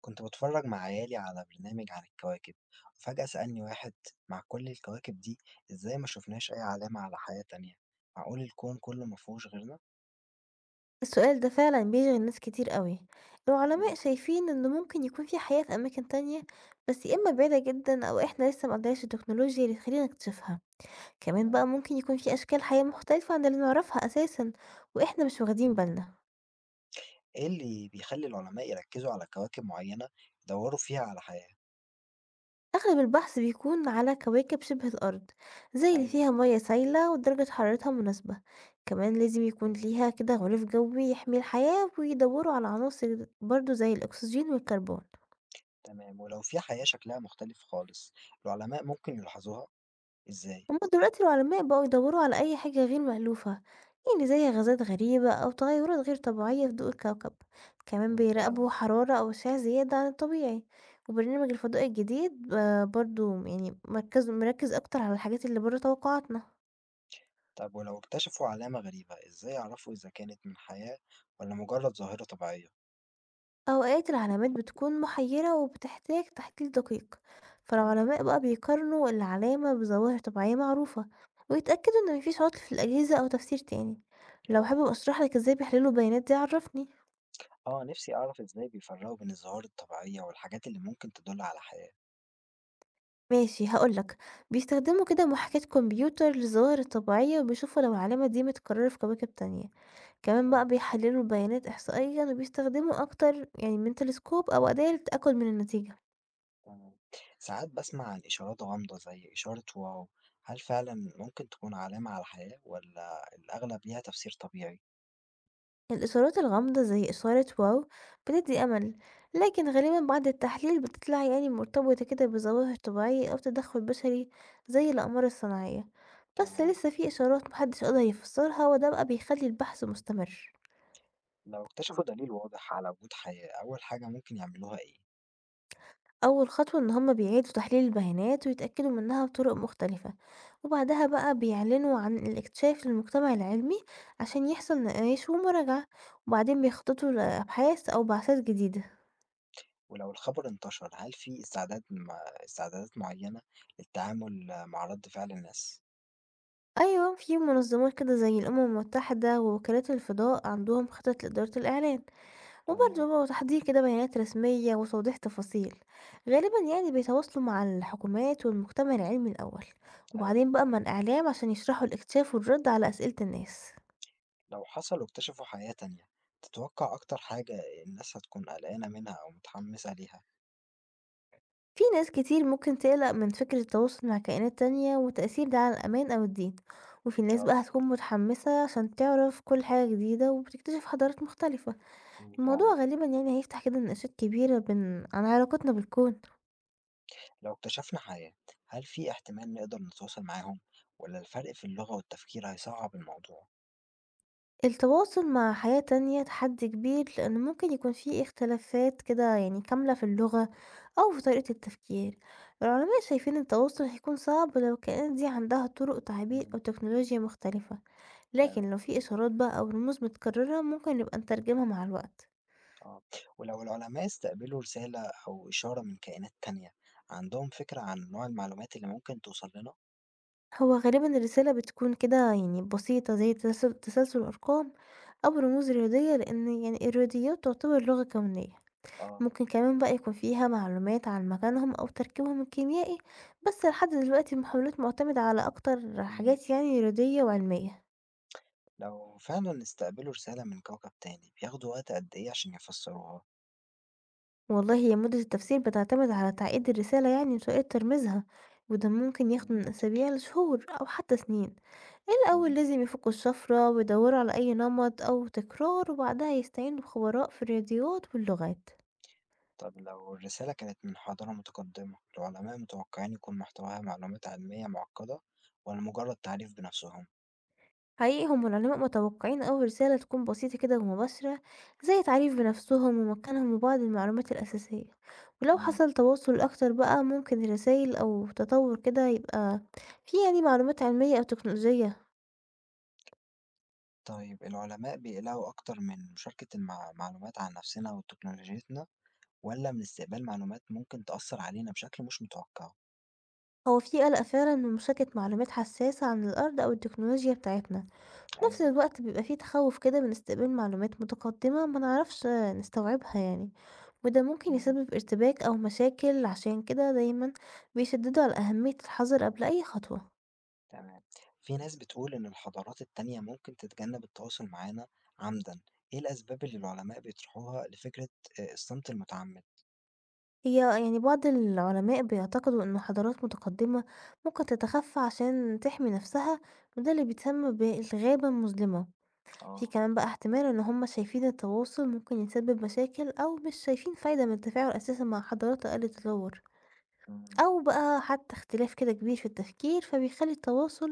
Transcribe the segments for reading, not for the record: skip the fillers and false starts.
كنت بتفرج مع عيالي على برنامج عن الكواكب، وفجأة سألني واحد: مع كل الكواكب دي، إزاي ما شفناش أي علامة على حياة تانية؟ معقول الكون كله ما فيهوش غيرنا؟ السؤال ده فعلا بيشغل ناس كتير قوي. العلماء مم، شايفين ان ممكن يكون في حياة في اماكن تانية، بس يا اما بعيدة جدا او احنا لسه مقدرناش التكنولوجيا اللي تخلينا نكتشفها. كمان تمام. بقى ممكن يكون في اشكال حياة مختلفة عن اللي نعرفها اساسا واحنا مش واخدين مم، بالنا. إيه اللي بيخلي العلماء يركزوا على كواكب معينة يدوروا فيها على حياة؟ اغلب البحث بيكون على كواكب شبه الارض، زي اللي ايوه. فيها مياه سايلة ودرجة حرارتها مناسبة. كمان لازم يكون مم، ليها كده غلاف جوي يحمي الحياة، ويدوروا على عناصر برضو زي الاكسجين والكربون. تمام. ولو في حياة شكلها مختلف خالص، العلماء ممكن يلاحظوها إزاي؟ هما دلوقتي العلماء بقوا يدوروا على أي حاجة غير مألوفة، يعني زي غازات غريبة أو تغيرات غير طبيعية في ضوء الكوكب. كمان مم، فعلا. بيراقبوا حرارة أو أشعة زيادة عن الطبيعي. وبرنامج الفضاء الجديد برضو يعني مركز أكتر على الحاجات اللي بره توقعاتنا. طب ولو اكتشفوا علامة غريبة، إزاي يعرفوا إذا كانت من حياة ولا مجرد ظاهرة طبيعية؟ أوقات العلامات بتكون محيرة وبتحتاج تحليل دقيق، تمام. فالعلماء بقى بيقارنوا العلامة بظواهر طبيعية معروفة، ويتأكدوا إن مفيش عطل في الأجهزة أو تفسير تاني. لو اه. حابب أشرحلك إزاي بيحللوا البيانات دي عرفني. نفسي أعرف إزاي بيفرقوا بين الظواهر الطبيعية والحاجات اللي ممكن تدل على حياة. ماشي هاقول لك، بيستخدموا كده محاكاة كمبيوتر للظواهر الطبيعية وبيشوفوا لو العلامة دي متكررة في كواكب تانية، كمان مم، بقى بيحللوا بيانات إحصائيًا وبيستخدموا أكتر يعني من تلسكوب أو أداة للتأكد من النتيجة. تمام. ساعات بسمع عن إشارات غامضة زي إشارة واو، هل فعلا ممكن تكون علامة على الحياة ولا الأغلب ليها تفسير طبيعي؟ الإشارات الغامضة زي إشارة واو بتدي أمل، لكن غالبًا بعد التحليل بتطلع يعني مرتبطة كده بظواهر طبيعية أو تدخل بشري زي الأقمار الصناعية. بس تمام. لسه في إشارات محدش قدر يفسرها، وده بقى بيخلي البحث مستمر. لو اكتشفوا دليل واضح على وجود حياة، أول حاجة ممكن يعملوها إيه؟ أول خطوة إن هما بيعيدوا تحليل البيانات ويتأكدوا منها بطرق مختلفة، وبعدها بقى بيعلنوا عن الاكتشاف للمجتمع العلمي عشان يحصل نقاش ومراجعة، وبعدين بيخططوا لأبحاث أو بعثات جديدة. ولو الخبر انتشر، هل في استعداد استعدادات معينة للتعامل مع رد فعل الناس؟ أيوة، في منظمات كده زي الأمم المتحدة ووكالات الفضاء عندهم خطط لإدارة الإعلان. وبرضه تمام. بقى تحضير كده بيانات رسمية وتوضيح تفاصيل. غالبا يعني بيتواصلوا مع الحكومات والمجتمع العلمي الأول، أيوه. وبعدين بقى مع الإعلام عشان يشرحوا الاكتشاف والرد على أسئلة الناس. لو حصل واكتشفوا حياة تانية، تتوقع أكتر حاجة الناس هتكون قلقانة منها أو متحمسة ليها؟ في ناس كتير ممكن تقلق من فكرة التواصل مع كائنات تانية وتأثير ده على الأمان أو الدين، وفي ناس بقى اه. هتكون متحمسة عشان تعرف كل حاجة جديدة وبتكتشف حضارات مختلفة. مم، فعلا. الموضوع غالبا يعني هيفتح كده نقاشات كبيرة بين عن علاقتنا بالكون. لو اكتشفنا حياة، هل في احتمال نقدر نتواصل معاهم ولا الفرق في اللغة والتفكير هيصعب الموضوع؟ التواصل مع حياة تانية تحدي كبير، لأن ممكن يكون فيه اختلافات كده يعني كاملة في اللغة أو في طريقة التفكير. العلماء شايفين التواصل هيكون صعب لو الكائنات دي عندها طرق تعبير أو مم، تكنولوجيا مختلفة. لكن تمام. لو في إشارات بقى أو رموز متكررة ممكن نبقى نترجمها مع الوقت. آه. ولو العلماء استقبلوا رسالة أو إشارة من كائنات تانية، عندهم فكرة عن نوع المعلومات اللي ممكن توصل لنا؟ هو غالبا الرسالة بتكون كده يعني بسيطة زي تسلسل أرقام أو رموز رياضية، لأن يعني الرياضيات تعتبر لغة كونية. اه. ممكن كمان بقى يكون فيها معلومات عن مكانهم أو تركيبهم الكيميائي. بس لحد دلوقتي المحاولات معتمدة على أكتر مم. حاجات يعني رياضية وعلمية. لو فعلا استقبلوا رسالة من كوكب تاني، بياخدوا وقت قد إيه عشان يفسروها؟ والله هي مدة التفسير بتعتمد على تعقيد الرسالة يعني وطريقة ترميزها، وده ممكن ياخد مم، من منطقي. أسابيع لشهور أو حتى سنين. إيه الأول مم. لازم يفكوا الشفرة ويدوروا على أي نمط أو تكرار، وبعدها يستعينوا بخبراء في الرياضيات واللغات. طب لو الرسالة كانت من حضارة متقدمة، العلماء متوقعين يكون محتواها معلومات علمية معقدة ولا مجرد تعريف بنفسهم؟ حقيقي هم العلماء متوقعين أول رسالة تكون بسيطة كده ومباشرة، زي تعريف بنفسهم ومكانهم وبعض المعلومات الأساسية. ولو مم. حصل تواصل أكتر بقى ممكن رسائل أو تطور كده يبقى في يعني معلومات علمية أو تكنولوجية. طيب العلماء بيقلقوا أكتر من مشاركة معلومات عن نفسنا وتكنولوجيتنا، ولا من استقبال معلومات ممكن تأثر علينا بشكل مش متوقع؟ هو في قلق فعلا من مشاركة معلومات حساسة عن الأرض أو التكنولوجيا بتاعتنا. نفس أيوه. الوقت بيبقى فيه تخوّف كده من استقبال معلومات متقدّمة ما نعرفش نستوعبها يعني، وده ممكن تمام. يسبب ارتباك أو مشاكل، عشان كده دايمًا بيشدّدوا على أهمية الحذر قبل أي خطوة. تمام. في ناس بتقول إن الحضارات التانية ممكن تتجنب التواصل معانا عمدا، إيه الأسباب اللي العلماء بيطرحوها لفكرة الصمت المتعمد؟ هي يعني بعض العلماء بيعتقدوا إنه حضارات متقدّمة ممكن تتخفّى عشان تحمي نفسها، وده اللي بيتسمى بالغابة المظلمة. في أه. كمان بقى احتمال إن هُم شايفين التواصل ممكن يسبب مشاكل، أو مش شايفين فايدة من التفاعل أساسًا مع حضارات أقل تطوّر. مم. أو بقى حتى اختلاف كده كبير في التفكير فبيخلي التواصل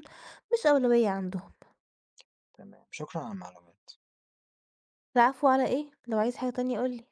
مش أولوية عندهم. تمام. شكرا على المعلومات. العفو، على ايه؟ لو عايز حاجة تانية قولي.